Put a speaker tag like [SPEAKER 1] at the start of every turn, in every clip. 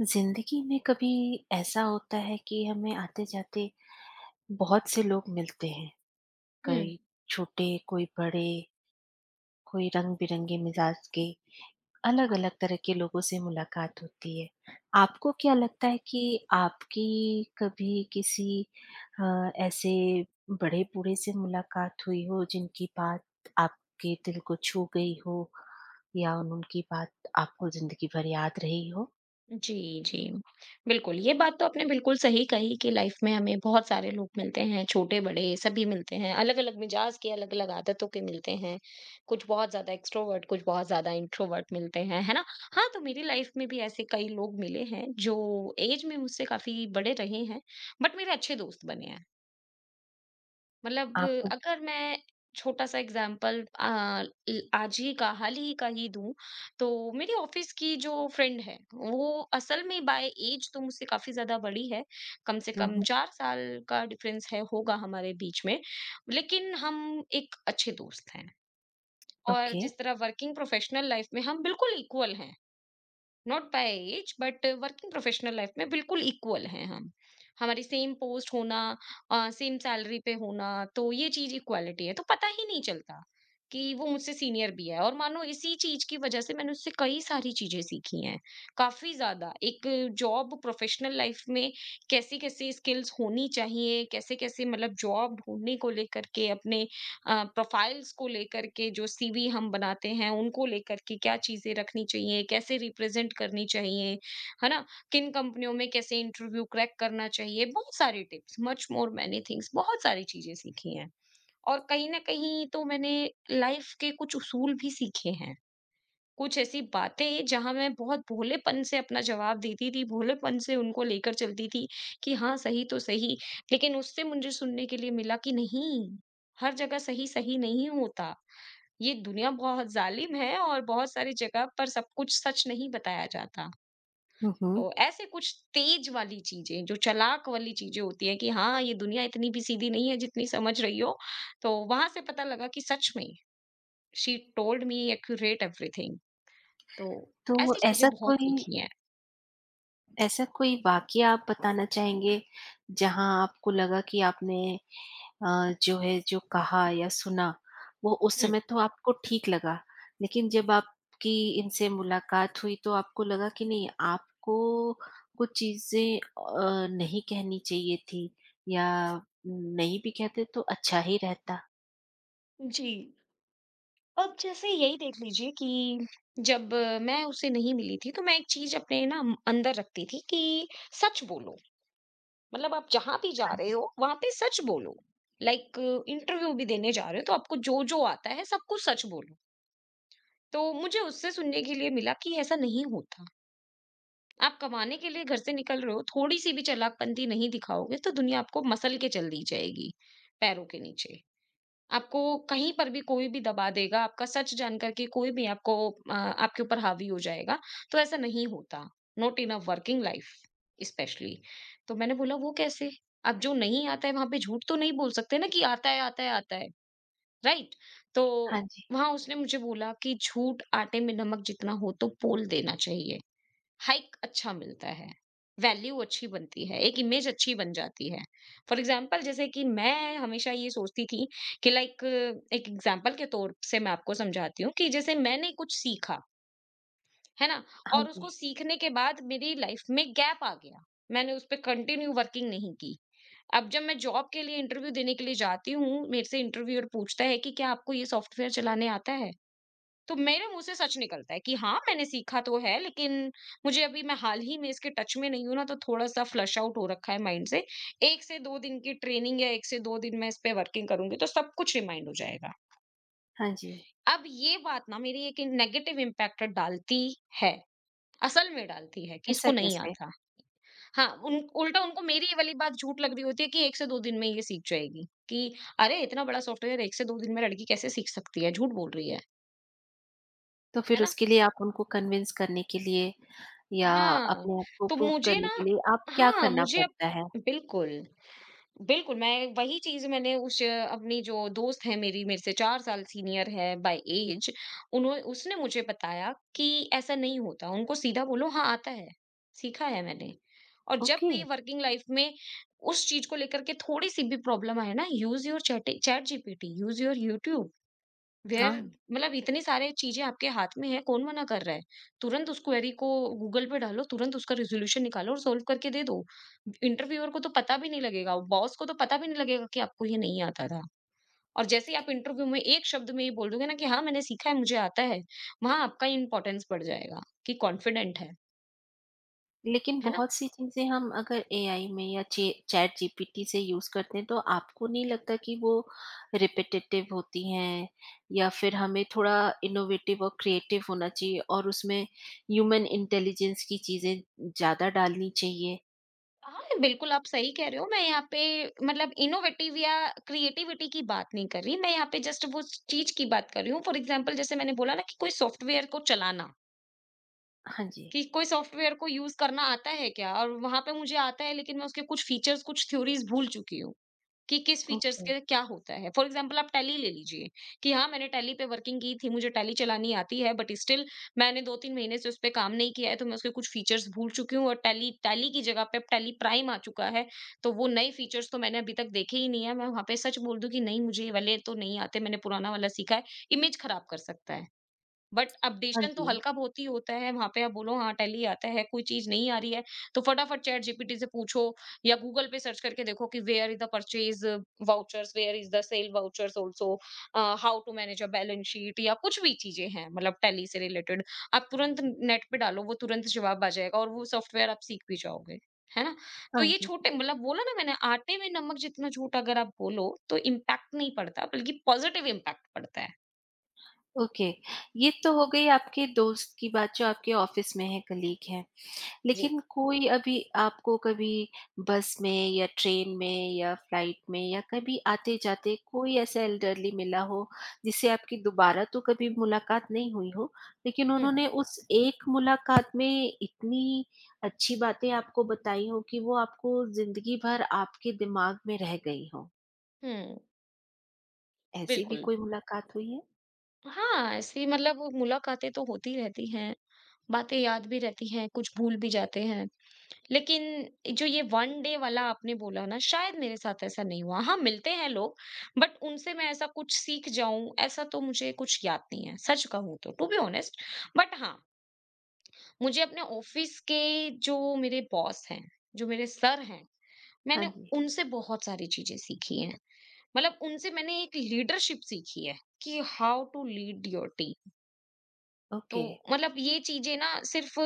[SPEAKER 1] जिंदगी में कभी ऐसा होता है कि हमें आते जाते बहुत से लोग मिलते हैं।
[SPEAKER 2] हुँ।
[SPEAKER 1] कई छोटे कोई बड़े, कोई रंग बिरंगे मिजाज के, अलग अलग तरह के लोगों से मुलाकात होती है। आपको क्या लगता है कि आपकी कभी किसी ऐसे बड़े बूढ़े से मुलाकात हुई हो जिनकी बात आपके दिल को छू गई हो, या उनकी बात आपको जिंदगी भर याद रही हो?
[SPEAKER 2] जी, जी। बिल्कुल, ये बात तो आपने बिल्कुल सही कही कि लाइफ़ में हमें बहुत सारे लोग मिलते हैं, छोटे-बड़े सभी मिलते हैं, अलग-अलग मिजाज के, अलग-अलग आदतों के मिलते हैं। कुछ बहुत ज़्यादा एक्सट्रोवर्ट, कुछ बहुत ज़्यादा इंट्रोवर्ट मिलते हैं, है ना? हाँ, तो मेरी लाइफ़ में भी ऐसे कई लोग मिले हैं, जो ऐज में मुझसे काफ़ी बड़े रहे हैं, बट मेरे अच्छे दोस्त बने हैं। मतलब
[SPEAKER 1] आपको
[SPEAKER 2] अगर मैं छोटा सा एग्जाम्पल आज ही का हाल ही का ही दूं तो मेरी ऑफिस की जो फ्रेंड है वो असल में बाय एज तो मुझसे काफी ज्यादा बड़ी है। कम से कम चार साल का डिफरेंस है होगा हमारे बीच में, लेकिन हम एक अच्छे दोस्त हैं। और
[SPEAKER 1] ओके।
[SPEAKER 2] जिस तरह वर्किंग प्रोफेशनल लाइफ में हम बिल्कुल इक्वल हैं, not by age but working professional life में बिल्कुल इक्वल हैं हम। हमारी सेम पोस्ट होना, सेम सैलरी पे होना, तो ये चीज इक्वालिटी है तो पता ही नहीं चलता कि वो मुझसे सीनियर भी है। और मानो इसी चीज की वजह से मैंने उससे कई सारी चीजें सीखी हैं, काफी ज्यादा। एक जॉब प्रोफेशनल लाइफ में कैसी कैसी स्किल्स होनी चाहिए, कैसे कैसे मतलब जॉब ढूंढने को लेकर के अपने प्रोफाइल्स को लेकर के जो सीवी हम बनाते हैं उनको लेकर के क्या चीजें रखनी चाहिए, कैसे रिप्रेजेंट करनी चाहिए, है ना? किन कंपनियों में कैसे इंटरव्यू क्रैक करना चाहिए, बहुत सारी tips, much more many things, बहुत सारी चीजें सीखी हैं। और कहीं न कहीं तो मैंने लाइफ के कुछ उसूल भी सीखे हैं। कुछ ऐसी बातें जहाँ मैं बहुत भोलेपन से अपना जवाब देती थी, भोलेपन से उनको लेकर चलती थी कि हाँ, सही तो सही। लेकिन उससे मुझे सुनने के लिए मिला कि नहीं, हर जगह सही, सही नहीं होता। ये दुनिया बहुत ज़ालिम है और बहुत सारी जगह पर सब कुछ सच नहीं बताया जाता। तो ऐसे कुछ तेज वाली चीज़ें, जो चालाक वाली चीज़ें होती हैं कि हाँ, ये दुनिया इतनी भी सीधी नहीं है जितनी समझ रही हो। तो वहाँ से पता लगा कि सच में, she told me accurate everything. तो
[SPEAKER 1] तो
[SPEAKER 2] ऐसी चीज़ें
[SPEAKER 1] ऐसा
[SPEAKER 2] बहुत
[SPEAKER 1] कोई,
[SPEAKER 2] सीखी हैं।
[SPEAKER 1] ऐसा कोई वाक़या आप बताना चाहेंगे, जहाँ आपको लगा कि आपने जो है जो कहा या सुना, वो उस
[SPEAKER 2] हुँ।
[SPEAKER 1] समय तो आपको ठीक लगा, लेकिन जब आपकी इनसे मुलाकात हुई तो आपको लगा कि नहीं, आपको कुछ चीज़ें नहीं कहनी चाहिए थी, या नहीं भी कहते तो अच्छा ही रहता?
[SPEAKER 2] जी। अब जैसे यही देख लीजिए कि जब मैं उससे नहीं मिली थी, तो मैं एक चीज़ अपने ना अंदर रखती थी कि सच बोलो। मतलब आप जहाँ भी जा
[SPEAKER 1] हाँ
[SPEAKER 2] रहे
[SPEAKER 1] जी।
[SPEAKER 2] हो, वहाँ पे सच बोलो। लाइक इंटरव्यू भी देने जा रहे हो, तो आपको जो-जो आता है, सब कुछ सच बोलो। तो मुझे उससे सुनने के लिए मिला कि ऐसा नहीं होता। आप कमाने के लिए घर से निकल रहे हो, थोड़ी-सी भी चालाकपंती नहीं दिखाओगे, तो दुनिया आपको मसल के चल दी जाएगी, पैरों के नीचे। आपको कहीं पर भी कोई भी दबा देगा, आपका सच जानकर के कोई भी आपको आपके ऊपर हावी हो जाएगा, तो ऐसा नहीं होता, not in a working life specially. तो मैंने बोला वो कैसे? अब जो नहीं आता है वहाँ पे झूठ तो नहीं बोल सकते ना कि आता है, आता है, आता है, राइट? तो
[SPEAKER 1] हाँ जी।
[SPEAKER 2] वहाँ उसने मुझे बोला कि झूठ आटे में नमक जितना हो तो बोल देना चाहिए। हाइक अच्छा मिलता है, वैल्यू अच्छी बनती है, एक इमेज अच्छी बन जाती है। फॉर एग्जाम्पल जैसे कि मैं हमेशा ये सोचती थी कि लाइक एक एग्जाम्पल के तौर से मैं आपको समझाती हूँ कि जैसे मैंने कुछ सीखा, है ना?
[SPEAKER 1] हाँ
[SPEAKER 2] और उसको
[SPEAKER 1] जी।
[SPEAKER 2] सीखने के बाद मेरी लाइफ में गैप आ गया, मैंने उस पे कंटिन्यू वर्किंग नहीं की। अब जब मैं जॉब के लिए इंटरव्यू देने के लिए जाती हूँ, मेरे से इंटरव्यूअर पूछता है कि क्या आपको ये सॉफ्टवेयर चलाने आता है? तो मेरे मुँह से सच निकलता है कि हाँ, मैंने सीखा तो है लेकिन मुझे अभी मैं हाल ही में इसके टच में नहीं हूँ ना, तो थोड़ा-सा फ्लश आउट हो रखा है माइंड से। 1 से 2 दिन की ट्रेनिंग या 1 से 2 दिन मैं इस पे वर्किंग करूँगी तो सब कुछ रिमाइंड हो जाएगा।
[SPEAKER 1] हाँ जी।
[SPEAKER 2] अब ये बात ना मेरी एक नेगेटिव इम्पैक्ट डालती है, असल में डालती है कि
[SPEAKER 1] ऐसा
[SPEAKER 2] इसको नहीं
[SPEAKER 1] कैसे?
[SPEAKER 2] आता। हाँ, उन उल्टा उनको मेरी ये वाली बात झूठ लग रही होती है कि 1 से 2 दिन में ये सीख जाएगी कि अरे! इतना बड़ा सॉफ्टवेयर 1 से 2 दिन में लड़की कैसे सीख सकती है? झूठ बोल रही है।
[SPEAKER 1] तो
[SPEAKER 2] है
[SPEAKER 1] फिर
[SPEAKER 2] ना?
[SPEAKER 1] उसके लिए आप उनको कन्विंस करने के लिए, या
[SPEAKER 2] हाँ,
[SPEAKER 1] अपने आप को
[SPEAKER 2] तो
[SPEAKER 1] प्रूव
[SPEAKER 2] मुझे
[SPEAKER 1] करने
[SPEAKER 2] ना।
[SPEAKER 1] के लिए आप क्या
[SPEAKER 2] हाँ,
[SPEAKER 1] करना
[SPEAKER 2] मुझे अब
[SPEAKER 1] पड़ता है?
[SPEAKER 2] बिल्कुल, बिल्कुल, मैं वही चीज़ मैंने उस अपनी जो दोस्त है, मेरी मेरे से 4 साल सीनियर है बाय ऐज, उन्हो उसने मुझे बताया कि ऐसा नहीं होता, उनको सीधा बोलो हाँ, आता है, सीखा है मैंने। और जब
[SPEAKER 1] ओके,
[SPEAKER 2] भी वर्किंग लाइफ में उस चीज़ को लेकर के थोड़ी-सी भी प्रॉब्लम आए ना, use your chat chat GPT, use your YouTube, where
[SPEAKER 1] हाँ।
[SPEAKER 2] मतलब इतनी सारी चीज़ें आपके हाथ में है, कौन मना कर रहा है? तुरंत उस क्वेरी को गूगल पे डालो, तुरंत उसका रिज़ॉल्यूशन निकालो और सॉल्व करके दे दो। इंटरव्यूअर को तो पता भी नहीं लगेगा, बॉस को तो पता भी नहीं लगेगा कि आपको ये नहीं आता था। और जैसे ही आप इंटरव्यू में एक शब्द में ये बोल दोगे ना कि हाँ, मैंने सीखा है, मुझे आता है, वहाँ आपका इम्पोर्टेंस बढ़ जाएगा कि कॉन्फिडेंट है।
[SPEAKER 1] लेकिन
[SPEAKER 2] है ना?
[SPEAKER 1] बहुत सी चीज़ें हम अगर एआई में या चे चैट जीपीटी से यूज़ करते हैं, तो आपको नहीं लगता कि वो रिपिटेटिव होती हैं, या फिर हमें थोड़ा इनोवेटिव और क्रिएटिव होना चाहिए और उसमें ह्यूमन इंटेलिजेंस की चीज़ें ज़्यादा डालनी चाहिए?
[SPEAKER 2] हाँ, बिल्कुल आप सही कह रहे हो। मैं यहाँ पे मतलब इनोवेटिव या क्रिएटिविटी की बात नहीं कर रही, मैं यहाँ पे जस्ट वो चीज की बात कर रही हूँ। फॉर एग्जाम्पल जैसे मैंने बोला ना कि कोई सॉफ्टवेयर को चलाना,
[SPEAKER 1] हाँ जी।
[SPEAKER 2] कि कोई सॉफ्टवेयर को यूज़ करना आता है क्या? और वहाँ पे मुझे आता है लेकिन मैं उसके कुछ फीचर्स, कुछ थ्योरीज़ भूल चुकी हूँ। कि किस फीचर्स
[SPEAKER 1] ओके।
[SPEAKER 2] के क्या होता है। फॉर एग्जाम्पल आप टैली ले लीजिए कि हाँ, मैंने टैली पे वर्किंग की थी, मुझे टैली चलानी आती है बट स्टिल मैंने 2-3 महीने से उस पे काम नहीं किया है, तो मैं उसके कुछ फीचर्स भूल चुकी हूँ और टैली टैली की जगह पे अब टैली प्राइम आ चुका है, तो वो नए फीचर्स तो मैंने अभी तक देखे ही नहीं है। मैं वहाँ पे सच बोल दूँ कि नहीं मुझे ये वाले तो नहीं आते, मैंने पुराना वाला सीखा है, इमेज खराब कर सकता है। बट
[SPEAKER 1] हाँ
[SPEAKER 2] अपडेशन तो
[SPEAKER 1] जी।
[SPEAKER 2] हल्का-बहुत ही होता है, वहाँ पे आप बोलो हाँ, टैली आता है, कोई चीज़ नहीं आ रही है, तो फटाफट चैट जीपीटी से पूछो या गूगल पे सर्च करके देखो कि where is the purchase vouchers, where is the sale vouchers also, how to manage a balance sheet या कुछ भी चीज़ें हैं मतलब टैली से रिलेटेड। आप तुरंत नेट पे डालो, वो तुरंत जवाब आ जाएगा और वो सॉफ्टवेयर आप सीख भी जाओगे, है ना? तो
[SPEAKER 1] हाँ
[SPEAKER 2] ये
[SPEAKER 1] जी।
[SPEAKER 2] छोटे मतलब बोला ना मैंने आटे में नमक जितना झूठ अगर आप बोलो, तो इम्पैक्ट नहीं पड़ता बल्कि पॉज़िटिव इम्पैक्ट पड़ता है।
[SPEAKER 1] ओके, ये तो हो गई आपके दोस्त की बात जो आपके ऑफ़िस में है, कलीग हैं।
[SPEAKER 2] जी।
[SPEAKER 1] लेकिन कोई अभी आपको कभी बस में, या ट्रेन में, या फ्लाइट में, या कभी आते-जाते कोई ऐसा एल्डरली मिला हो, जिससे आपकी दोबारा तो कभी मुलाकात नहीं हुई हो, लेकिन
[SPEAKER 2] हुँ,
[SPEAKER 1] उन्होंने उस एक मुलाकात में इतनी अच्छी बातें आपको बताई हों कि वो आपको ज़िंदगी भर आपके दिमाग में रह गई हों?
[SPEAKER 2] हुँ।
[SPEAKER 1] ऐसी भी
[SPEAKER 2] बिल्कुल।
[SPEAKER 1] कोई मुलाकात हुई है?
[SPEAKER 2] हाँ, ऐसी मतलब मुलाकातें तो होती रहती हैं, बातें याद भी रहती हैं, कुछ भूल भी जाते हैं। लेकिन जो ये वन डे वाला आपने बोला ना, शायद मेरे साथ ऐसा नहीं हुआ। हाँ, मिलते हैं लोग, बट उनसे मैं ऐसा कुछ सीख जाऊँ, ऐसा तो मुझे कुछ याद नहीं है, सच कहूँ तो, टू बी ऑनेस्ट। बट हाँ, मुझे अपने ऑफ़िस के जो मेरे बॉस हैं, जो मेरे सर हैं,
[SPEAKER 1] हाँ
[SPEAKER 2] मैंने
[SPEAKER 1] जी,
[SPEAKER 2] उनसे बहुत सारी चीज़ें सीखी हैं। मतलब उनसे मैंने एक लीडरशिप सीखी है कि how to lead your team. तो
[SPEAKER 1] ओके।
[SPEAKER 2] मतलब ये चीजें ना सिर्फ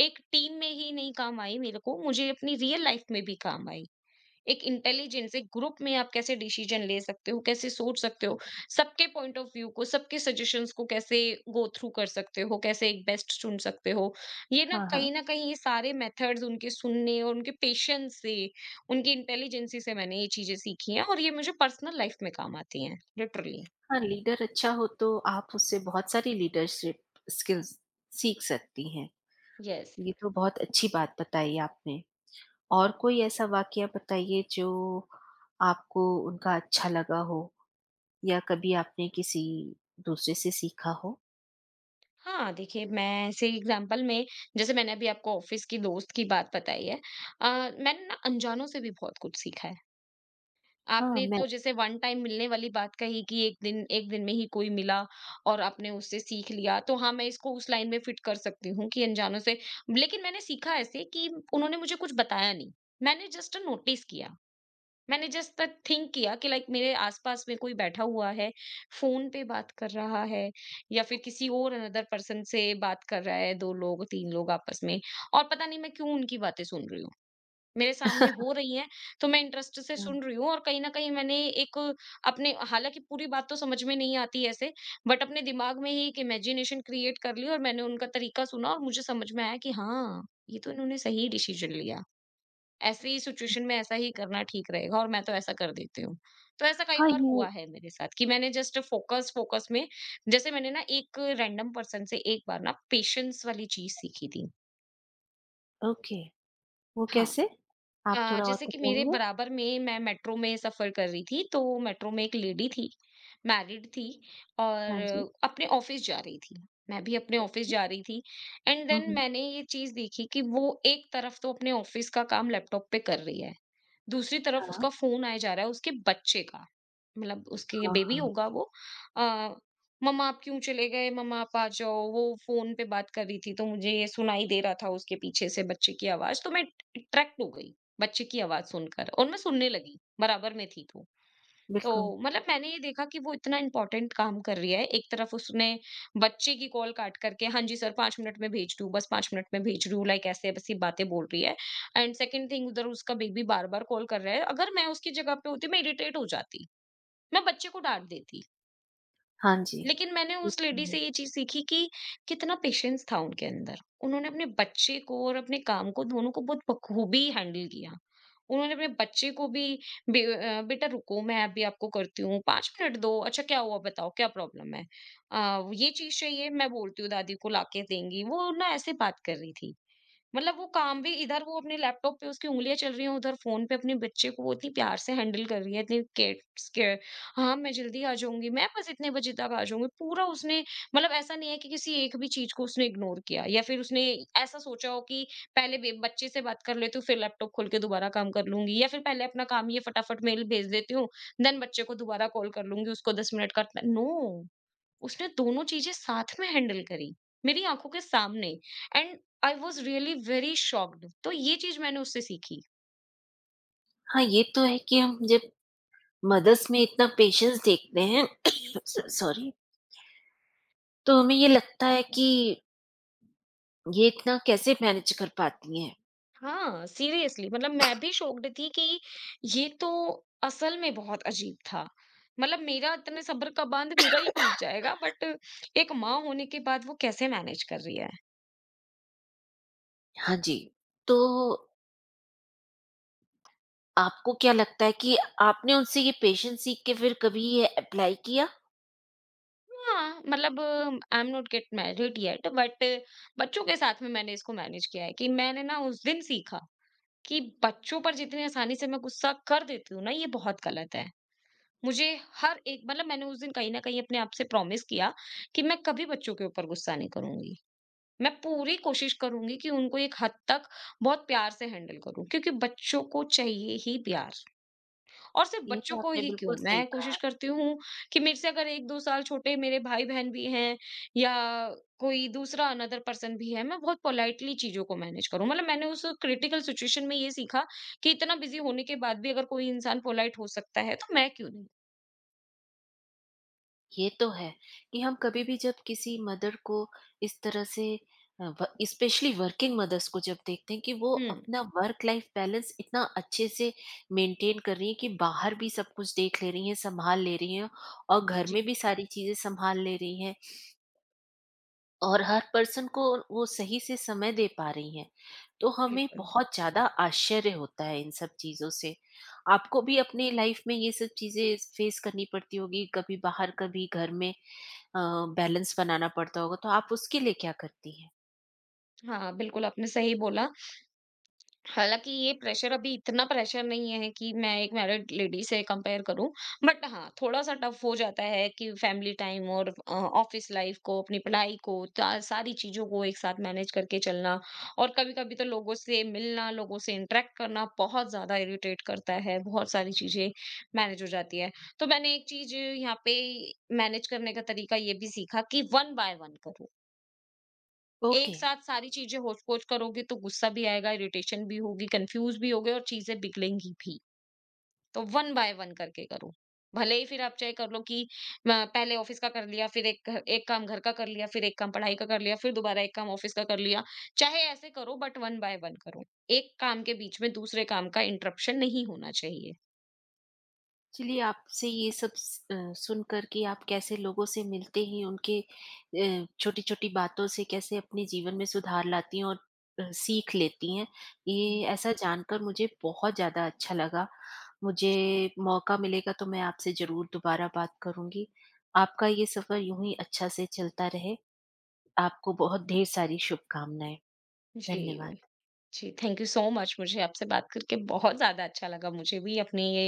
[SPEAKER 2] एक टीम में ही नहीं काम आई, मेरे को मुझे अपनी रियल लाइफ में भी काम आई। एक इंटेलिजेंस एक ग्रुप में आप कैसे डिसीजन ले सकते हो, कैसे सोच सकते हो, सबके पॉइंट ऑफ व्यू को, सबके सजेशंस को कैसे गो थ्रू कर सकते हो, कैसे एक बेस्ट चुन सकते हो, ये
[SPEAKER 1] हाँ, हाँ।
[SPEAKER 2] ना कहीं ये सारे मेथड्स उनके सुनने और उनके पेशेंस से, उनकी इंटेलिजेंसी से मैंने ये चीजें सीखी हैं और ये मुझे पर्सनल लाइफ में काम आती हैं लिटरली।
[SPEAKER 1] हाँ, लीडर अच्छा हो तो आप उससे बहुत सारी लीडरशिप स्किल्स सीख सकती हैं।
[SPEAKER 2] यस।
[SPEAKER 1] ये तो बहुत अच्छी बात बताई आपने। और कोई ऐसा वाकया बताइए जो आपको उनका अच्छा लगा हो, या कभी आपने किसी दूसरे से सीखा हो?
[SPEAKER 2] हाँ, देखिए मैं ऐसे एग्ज़ाम्पल में जैसे मैंने अभी आपको ऑफ़िस की दोस्त की बात बताई है, अ, मैंने ना अनजानों से भी बहुत कुछ सीखा है।
[SPEAKER 1] हाँ,
[SPEAKER 2] आपने
[SPEAKER 1] मैं
[SPEAKER 2] तो जैसे वन टाइम मिलने वाली बात कही कि 1 दिन 1 दिन में ही कोई मिला और आपने उससे सीख लिया, तो हाँ, मैं इसको उस लाइन में फ़िट कर सकती हूँ कि अनजानों से। लेकिन मैंने सीखा ऐसे कि उन्होंने मुझे कुछ बताया नहीं, मैंने जस्ट नोटिस किया। मैंने जस्ट तक थिंक किया कि लाइक मेरे आसपास में कोई बैठा हुआ है, फ़ोन पे बात कर रहा है या फिर किसी और अनदर पर्सन से बात कर रहा है, 2 लोग, 3 लोग आपस में, और पता नहीं मैं क्यों उनकी बातें सुन रही हूँ। मेरे सामने हो रही हैं, तो मैं इंटरेस्ट से
[SPEAKER 1] हाँ,
[SPEAKER 2] सुन रही हूँ और कहीं न कहीं मैंने एक अपने हालाँकि पूरी बात तो समझ में नहीं आती ऐसे, बट अपने दिमाग में ही एक इमेजिनेशन क्रिएट कर ली और मैंने उनका तरीका सुना और मुझे समझ में आया कि हाँ, ये तो इन्होंने सही डिसीज़न लिया। ऐसी सिचुएशन में ऐसा ही करना ठीक रहेगा और मैं तो ऐसा कर देती हूँ। तो ऐसा कई
[SPEAKER 1] हाँ,
[SPEAKER 2] बार
[SPEAKER 1] ये
[SPEAKER 2] हुआ है मेरे साथ कि मैंने जस्ट फ़ोकस फ़ोकस में जैसे मैंने ना एक रैंडम पर्सन से एक बार ना पेशेंस वाली चीज़ सीखी थी।
[SPEAKER 1] ओके, वो
[SPEAKER 2] हाँ।
[SPEAKER 1] कैसे? आप थोड़ा और
[SPEAKER 2] जैसे कि मेरे
[SPEAKER 1] बताएँगे?
[SPEAKER 2] बराबर में मैं मेट्रो में सफ़र कर रही थी, तो मेट्रो में एक लेडी थी, मैरिड थी
[SPEAKER 1] हाँ जी,
[SPEAKER 2] और अपने ऑफ़िस जा रही थी। मैं भी अपने ऑफ़िस
[SPEAKER 1] ओके।
[SPEAKER 2] जा रही थी। And
[SPEAKER 1] hmm,
[SPEAKER 2] then
[SPEAKER 1] hmm.
[SPEAKER 2] मैंने ये चीज़ देखी कि वो एक तरफ तो अपने ऑफ़िस का काम लैपटॉप पे कर रही है। दूसरी तरफ
[SPEAKER 1] हाँ,
[SPEAKER 2] उसका फ़ोन आए जा रहा है उसके बच्चे का, मतलब उसके
[SPEAKER 1] हाँ,
[SPEAKER 2] बेबी
[SPEAKER 1] हाँ,
[SPEAKER 2] होगा वो। अ, मम्मा आप क्यों चले गए? मम्मा आप आ जाओ, वो फ़ोन पे बात कर रही थी तो मुझे ये सुनाई दे रहा था उसके पीछे से बच्चे की आवाज़ तो मैं अट्रैक्ट हो गई, बच्चे की आवाज़ सुनकर और मैं सुनने लगी, बराबर में थी तो। तो
[SPEAKER 1] बिल्कुल।
[SPEAKER 2] मतलब मैंने ये देखा कि वो इतना इम्पोर्टेंट काम कर रही है। एक तरफ उसने बच्चे की कॉल काट करके हाँ जी सर 5 मिनट में भेज दूँ, बस 5 मिनट में भेज रही हूँ लाइक ऐसे बस ये बातें बोल रही है। एंड सेकंड थिंग उधर उसका बेबी बार-बार कॉल कर रहा है। अगर मैं उसकी जगह पे होती मैं इरिटेट हो जाती। मैं बच्चे को डाँट देती।
[SPEAKER 1] हाँ जी,
[SPEAKER 2] लेकिन मैंने
[SPEAKER 1] ये
[SPEAKER 2] उस लेडी
[SPEAKER 1] तो
[SPEAKER 2] से
[SPEAKER 1] है।
[SPEAKER 2] ये चीज़ सीखी कि कितना पेशेंस था उनके अंदर। उन्होंने अपने बच्चे को और अपने काम को दोनों को बहुत बखूबी हैंडल किया। उन्होंने अपने बच्चे को भी "बेटा रुको, मैं अभी आपको करती हूँ, 5 मिनट दो, अच्छा क्या हुआ बताओ, क्या प्रॉब्लम है? ये चीज़ चाहिए मैं बोलती हूँ दादी को लाके देंगी।" वो ना ऐसे बात कर रही थी। मतलब वो काम भी इधर वो अपने लैपटॉप पे उसकी उँगलियाँ चल रही हैं, उधर फ़ोन पे अपने बच्चे को वो इतनी प्यार से हैंडल कर रही है, इतनी केयर। हाँ, मैं जल्दी आ जाऊँगी, मैं बस इतने बजे तक आ जाऊँगी। पूरा उसने, मतलब ऐसा नहीं है कि किसी एक भी चीज़ को उसने इग्नोर किया या फिर उसने ऐसा सोचा हो कि पहले बे बच्चे से बात कर लेती हूँ, फिर लैपटॉप खोल के दोबारा काम कर लूँगी या फिर पहले अपना काम ये फटाफट मेल भेज देती हूँ, देन बच्चे को दोबारा कॉल कर लूँगी, उसको 10 मिनट का नो। उसने दोनों चीजें साथ में हैंडल करी मेरी आंखों के सामने। And I was really very shocked, तो ये चीज मैंने उससे सीखी।
[SPEAKER 1] हाँ, ये तो है कि हम जब मदर्स में इतना पेशेंस देखते हैं स सॉरी। तो हमें ये लगता है कि ये इतना कैसे मैनेज कर पाती हैं?
[SPEAKER 2] हाँ सीरियसली, मतलब मैं भी शॉक्ड थी कि ये तो असल में बहुत अजीब था। मतलब मेरा इतने सब्र का बांध मेरा ही टूट जाएगा, बट एक माँ होने के बाद वो कैसे मैनेज कर रही है।
[SPEAKER 1] हाँ जी, तो आपको क्या लगता है कि आपने उनसे ये पेशेंस सीख के फिर कभी ये अप्लाई किया?
[SPEAKER 2] हाँ मतलब I am not get married yet, but बच्चों के साथ में मैंने इसको मैनेज किया है कि मैंने ना उस दिन सीखा कि बच्चों पर जितनी आसानी से मैं गुस्सा कर देती हूँ ना, ये बहुत गलत है। मुझे हर एक, मतलब मैंने उस दिन कहीं न कहीं अपने आप से प्रॉमिस किया कि मैं कभी बच्चों के ऊपर गुस्सा नहीं करूँगी। मैं पूरी कोशिश करूँगी कि उनको एक हद तक बहुत प्यार से हैंडल करूँ, क्योंकि बच्चों को चाहिए ही प्यार। और सिर्फ
[SPEAKER 1] ये
[SPEAKER 2] बच्चों
[SPEAKER 1] तो
[SPEAKER 2] को
[SPEAKER 1] आपने
[SPEAKER 2] ही क्यों,
[SPEAKER 1] बिल्कुल सही
[SPEAKER 2] मैं कोशिश
[SPEAKER 1] कहा।
[SPEAKER 2] करती हूँ कि मेरे से अगर 1-2 साल छोटे मेरे भाई-बहन भी हैं या कोई दूसरा अनदर पर्सन भी है, मैं बहुत पोलाइटली चीज़ों को मैनेज करूँ। मतलब मैंने उस क्रिटिकल सिचुएशन में ये सीखा कि इतना बिज़ी होने के बाद भी अगर कोई इंसान पोलाइट हो सकता है, तो मैं क्यों नहीं?
[SPEAKER 1] ये तो है कि हम कभी भी जब किसी मदर को इस तरह से, स्पेशली वर्किंग मदर्स को जब देखते हैं कि वो
[SPEAKER 2] हुँ,
[SPEAKER 1] अपना वर्क लाइफ बैलेंस इतना अच्छे से मेंटेन कर रही हैं, कि बाहर भी सब कुछ देख ले रही हैं, संभाल ले रही हैं, और घर
[SPEAKER 2] जी,
[SPEAKER 1] में भी सारी चीजें संभाल ले रही हैं, और हर पर्सन को वो सही से समय दे पा रही हैं, तो हमें
[SPEAKER 2] बिल्कुल।
[SPEAKER 1] बहुत ज्यादा आश्चर्य होता है इन सब चीजों से। आपको भी अपने लाइफ में ये सब चीजें फेस करनी पड़ती होगी, कभी बाहर कभी घर में अ, बैलेंस बनाना पड़ता होगा, तो आप उसके लिए क्या करती हैं?
[SPEAKER 2] हाँ, बिल्कुल आपने सही बोला। हालाँकि ये प्रेशर अभी इतना प्रेशर नहीं है कि मैं एक मैरिड लेडी से कंपेयर करूँ। बट हाँ, थोड़ा-सा टफ हो जाता है कि फैमिली टाइम और ऑफ़िस लाइफ़ को, अपनी पढ़ाई को, ता सारी चीज़ों को एक साथ मैनेज करके चलना। और कभी-कभी तो लोगों से मिलना, लोगों से इंटरैक्ट करना बहुत ज़्यादा इरिटेट करता है, बहुत सारी चीज़ें मैनेज हो जाती है। तो मैंने एक चीज़ यहाँ पे मैनेज करने का तरीका ये भी सीखा कि वन बाय वन करूँ। एक
[SPEAKER 1] ओके,
[SPEAKER 2] साथ सारी चीज़ें होच-पोच करोगे तो गुस्सा भी आएगा, इरिटेशन भी होगी, कन्फ्यूज भी होगे और चीज़ें बिगड़ेंगी भी। तो वन बाय वन करके करो। भले ही फिर आप चाहे कर लो कि म पहले ऑफ़िस का कर लिया, फिर एक काम घर का कर लिया, फिर एक काम पढ़ाई का कर लिया, फिर दोबारा एक काम ऑफ़िस का कर लिया। चाहे ऐसे करो बट वन बाय वन करो। एक काम के बीच में दूसरे काम का इंटरप्शन नहीं होना चाहिए।
[SPEAKER 1] चलिए आपसे ये सब सुनकर कि आप कैसे लोगों से मिलते हैं, उनके छोटी-छोटी बातों से कैसे अपने जीवन में सुधार लाती हैं और सीख लेती हैं,
[SPEAKER 2] हुँ।
[SPEAKER 1] ये ऐसा जानकर मुझे बहुत ज़्यादा अच्छा लगा। मुझे मौका मिलेगा तो मैं आपसे ज़रूर दोबारा बात करूँगी। आपका ये सफ़र यूँ ही अच्छा से चलता रहे। आपको बहुत ढेर सारी शुभकामनाएँ।
[SPEAKER 2] जी।
[SPEAKER 1] धन्यवाद।
[SPEAKER 2] जी, थैंक यू सो मच। मुझे आपसे बात करके बहुत ज़्यादा अच्छा लगा। मुझे भी अपनी ये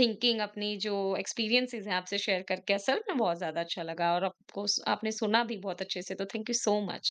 [SPEAKER 2] थिंकिंग, अपनी जो एक्सपीरियंसेस हैं आपसे शेयर करके असल में बहुत ज़्यादा अच्छा लगा और आपको स आपने सुना भी बहुत अच्छे से, तो थैंक यू सो मच।